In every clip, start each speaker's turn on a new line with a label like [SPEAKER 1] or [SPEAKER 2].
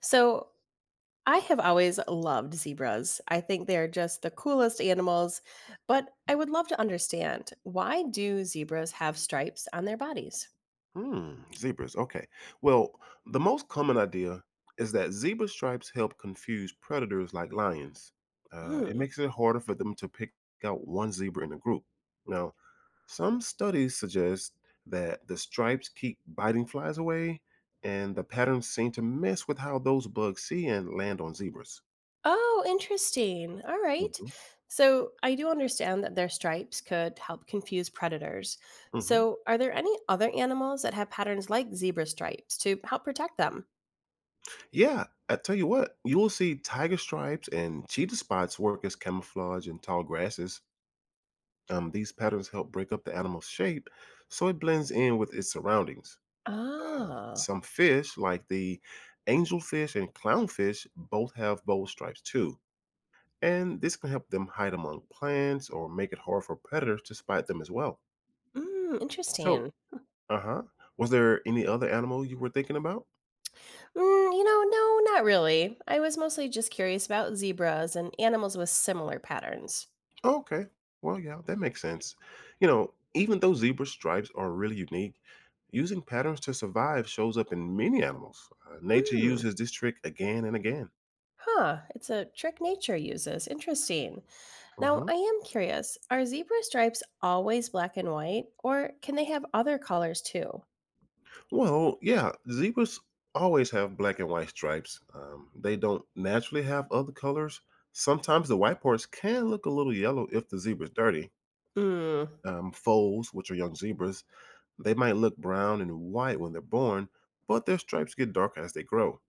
[SPEAKER 1] So I have always loved zebras. I think they're just the coolest animals, but I would love to understand, why do zebras have stripes on their bodies?
[SPEAKER 2] Hmm, zebras. Okay. Well, the most common idea is that zebra stripes help confuse predators like lions. It
[SPEAKER 1] Hmm.
[SPEAKER 2] makes it harder for them to pick out one zebra in a group. Now, some studies suggest that the stripes keep biting flies away, and the patterns seem to mess with how those bugs see and land on zebras.
[SPEAKER 1] Oh, interesting. All right.
[SPEAKER 2] Mhm,
[SPEAKER 1] So I do understand that their stripes could help confuse predators.
[SPEAKER 2] mhm.
[SPEAKER 1] So are there any other animals that have patterns like zebra stripes to help protect them?
[SPEAKER 2] Yeah, I tell you what, you will see tiger stripes and cheetah spots work as camouflage in tall grasses. These patterns help break up the animal's shape so it blends in with its surroundings. Um,
[SPEAKER 1] Ah,
[SPEAKER 2] some fish, like the angelfish and clownfish, both have bold stripes too. And this can help them hide among plants or make it hard for predators to spot them as well.
[SPEAKER 1] mm,
[SPEAKER 2] So,
[SPEAKER 1] interesting.
[SPEAKER 2] uh huh. Was there any other animal you were thinking about?
[SPEAKER 1] Mm, no, not really. I was mostly just curious about zebras and animals with similar patterns.
[SPEAKER 2] Okay. Well, yeah, that makes sense. You know, even though zebra stripes are really unique, using patterns to survive shows up in many animals. Nature
[SPEAKER 1] Hmm.
[SPEAKER 2] uses this trick again and again.
[SPEAKER 1] Huh. It's a trick nature uses. Interesting. Now,
[SPEAKER 2] Hmm.
[SPEAKER 1] I am curious, are zebra stripes always black and white, or can they have other colors too?
[SPEAKER 2] Well, yeah, zebras always have black and white stripes. They don't naturally have other colors. Sometimes the white parts can look a little yellow if the zebra's dirty.
[SPEAKER 1] Hmm.
[SPEAKER 2] Foals, which are young zebras, they might look brown and white when they're born, but their stripes get darker as they grow.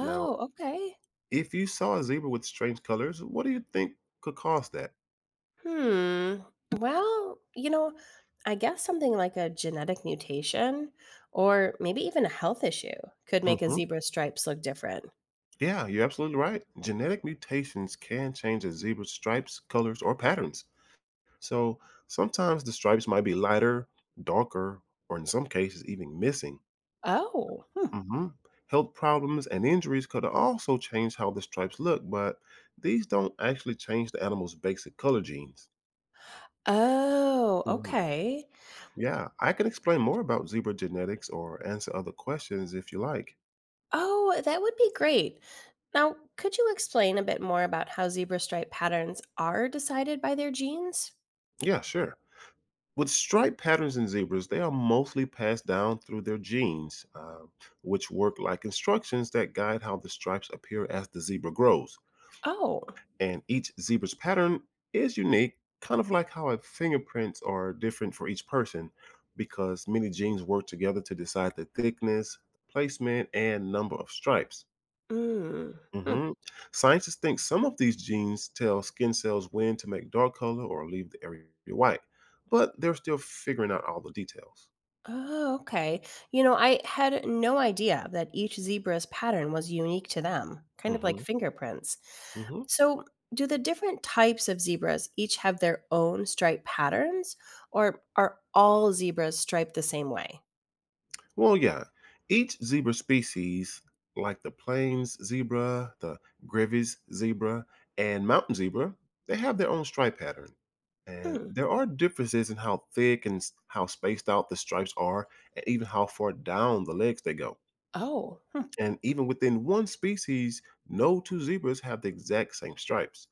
[SPEAKER 2] Now,
[SPEAKER 1] okay.
[SPEAKER 2] if you saw a zebra with strange colors, what do you think could cause that?
[SPEAKER 1] Hmm. Well, you know, I guess something like a genetic mutation or maybe even a health issue could make a
[SPEAKER 2] Hmm.
[SPEAKER 1] zebra's stripes look different.
[SPEAKER 2] Yeah, you're absolutely right. Genetic mutations can change a zebra's stripes, colors, or patterns. So sometimes the stripes might be lighter, darker, or in some cases even missing.
[SPEAKER 1] Oh. Hmm.
[SPEAKER 2] Mhm. Health problems and injuries could also change how the stripes look, but these don't actually change the animal's basic color genes.
[SPEAKER 1] Oh,
[SPEAKER 2] Mhm.
[SPEAKER 1] okay.
[SPEAKER 2] Yeah, I can explain more about zebra genetics or answer other questions if you like.
[SPEAKER 1] Oh, that would be great. Now, could you explain a bit more about how zebra stripe patterns are decided by their genes?
[SPEAKER 2] Yeah, sure. With stripe patterns in zebras, they are mostly passed down through their genes, which work like instructions that guide how the stripes appear as the zebra grows.
[SPEAKER 1] Oh,
[SPEAKER 2] And each zebra's pattern is unique, kind of like how our fingerprints are different for each person, because many genes work together to decide the thickness, placement, and number of stripes.
[SPEAKER 1] mm. Hmm.
[SPEAKER 2] Mhm. Scientists think some of these genes tell skin cells when to make dark color or leave the area white, but they're still figuring out all the details.
[SPEAKER 1] Oh, okay. You know, I had no idea that each zebra's pattern was unique to them, kind of like
[SPEAKER 2] Hmm.
[SPEAKER 1] fingerprints.
[SPEAKER 2] Hmm.
[SPEAKER 1] So, do the different types of zebras each have their own stripe patterns, or are all zebras striped the same way?
[SPEAKER 2] Well, yeah. Each zebra species, like the plains zebra, the Grevy's zebra, and mountain zebra, they have their own stripe pattern. And
[SPEAKER 1] Hmm.
[SPEAKER 2] there are differences in how thick and how spaced out the stripes are, and even how far down the legs they go.
[SPEAKER 1] Oh, hmm,
[SPEAKER 2] And even within one species, no two zebras have the exact same stripes.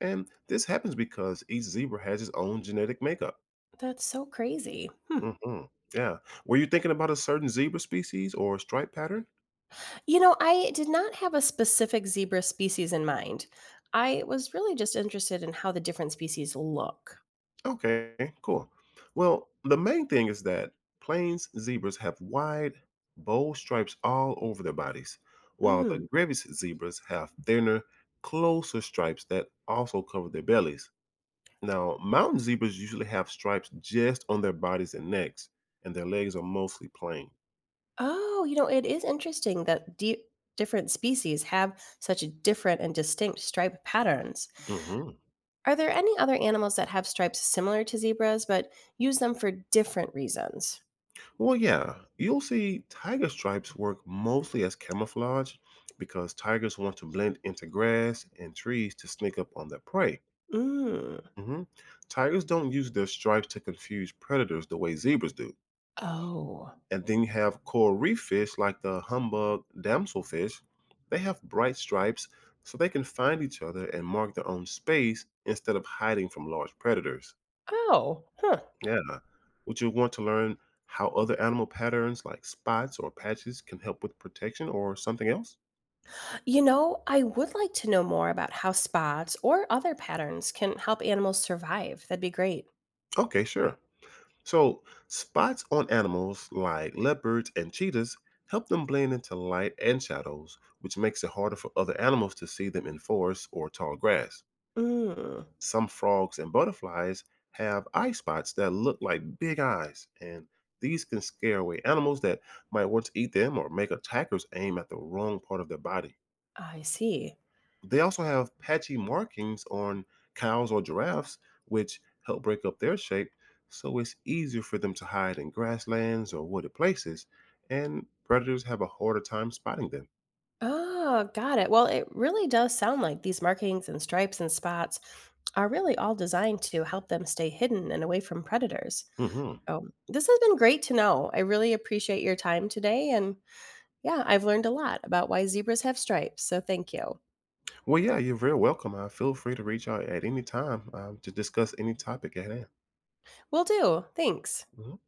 [SPEAKER 2] And this happens because each zebra has its own genetic makeup.
[SPEAKER 1] that's so crazy. Hmm.
[SPEAKER 2] Hmm. Yeah. Were you thinking about a certain zebra species or stripe pattern?
[SPEAKER 1] You know, I did not have a specific zebra species in mind. I was really just interested in how the different species look.
[SPEAKER 2] Okay, cool. Well, the main thing is that plains zebras have wide, bold stripes all over their bodies, while the
[SPEAKER 1] Mm.
[SPEAKER 2] Grevy's zebras have thinner, closer stripes that also cover their bellies. Now, mountain zebras usually have stripes just on their bodies and necks, and their legs are mostly plain.
[SPEAKER 1] Oh, you know, it is interesting that different species have such different and distinct stripe patterns.
[SPEAKER 2] Hmm.
[SPEAKER 1] Are there any other animals that have stripes similar to zebras but use them for different reasons?
[SPEAKER 2] Well, yeah, you'll see tiger stripes work mostly as camouflage because tigers want to blend into grass and trees to sneak up on their prey.
[SPEAKER 1] Mm.
[SPEAKER 2] Hmm. Tigers don't use their stripes to confuse predators the way zebras do.
[SPEAKER 1] Oh.
[SPEAKER 2] And then you have coral reef fish like the humbug damselfish. They have bright stripes so they can find each other and mark their own space instead of hiding from large predators.
[SPEAKER 1] Oh, huh.
[SPEAKER 2] Yeah. Would you want to learn how other animal patterns like spots or patches can help with protection or something else?
[SPEAKER 1] You know, I would like to know more about how spots or other patterns can help animals survive. That'd be great.
[SPEAKER 2] Okay, sure. So, spots on animals like leopards and cheetahs help them blend into light and shadows, which makes it harder for other animals to see them in forests or tall grass.
[SPEAKER 1] Mm,
[SPEAKER 2] Some frogs and butterflies have eye spots that look like big eyes, and these can scare away animals that might want to eat them or make attackers aim at the wrong part of their body.
[SPEAKER 1] I see.
[SPEAKER 2] They also have patchy markings on cows or giraffes, which help break up their shape, so it's easier for them to hide in grasslands or wooded places, and predators have a harder time spotting them.
[SPEAKER 1] Oh, got it. Well, it really does sound like these markings and stripes and spots are really all designed to help them stay hidden and away from predators.
[SPEAKER 2] Hmm.
[SPEAKER 1] So, this has been great to know. I really appreciate your time today. And yeah, I've learned a lot about why zebras have stripes. So, thank you.
[SPEAKER 2] Well, yeah, you're very welcome. I feel free to reach out at any time to discuss any topic at hand.
[SPEAKER 1] Will do. Thanks.
[SPEAKER 2] Mhm.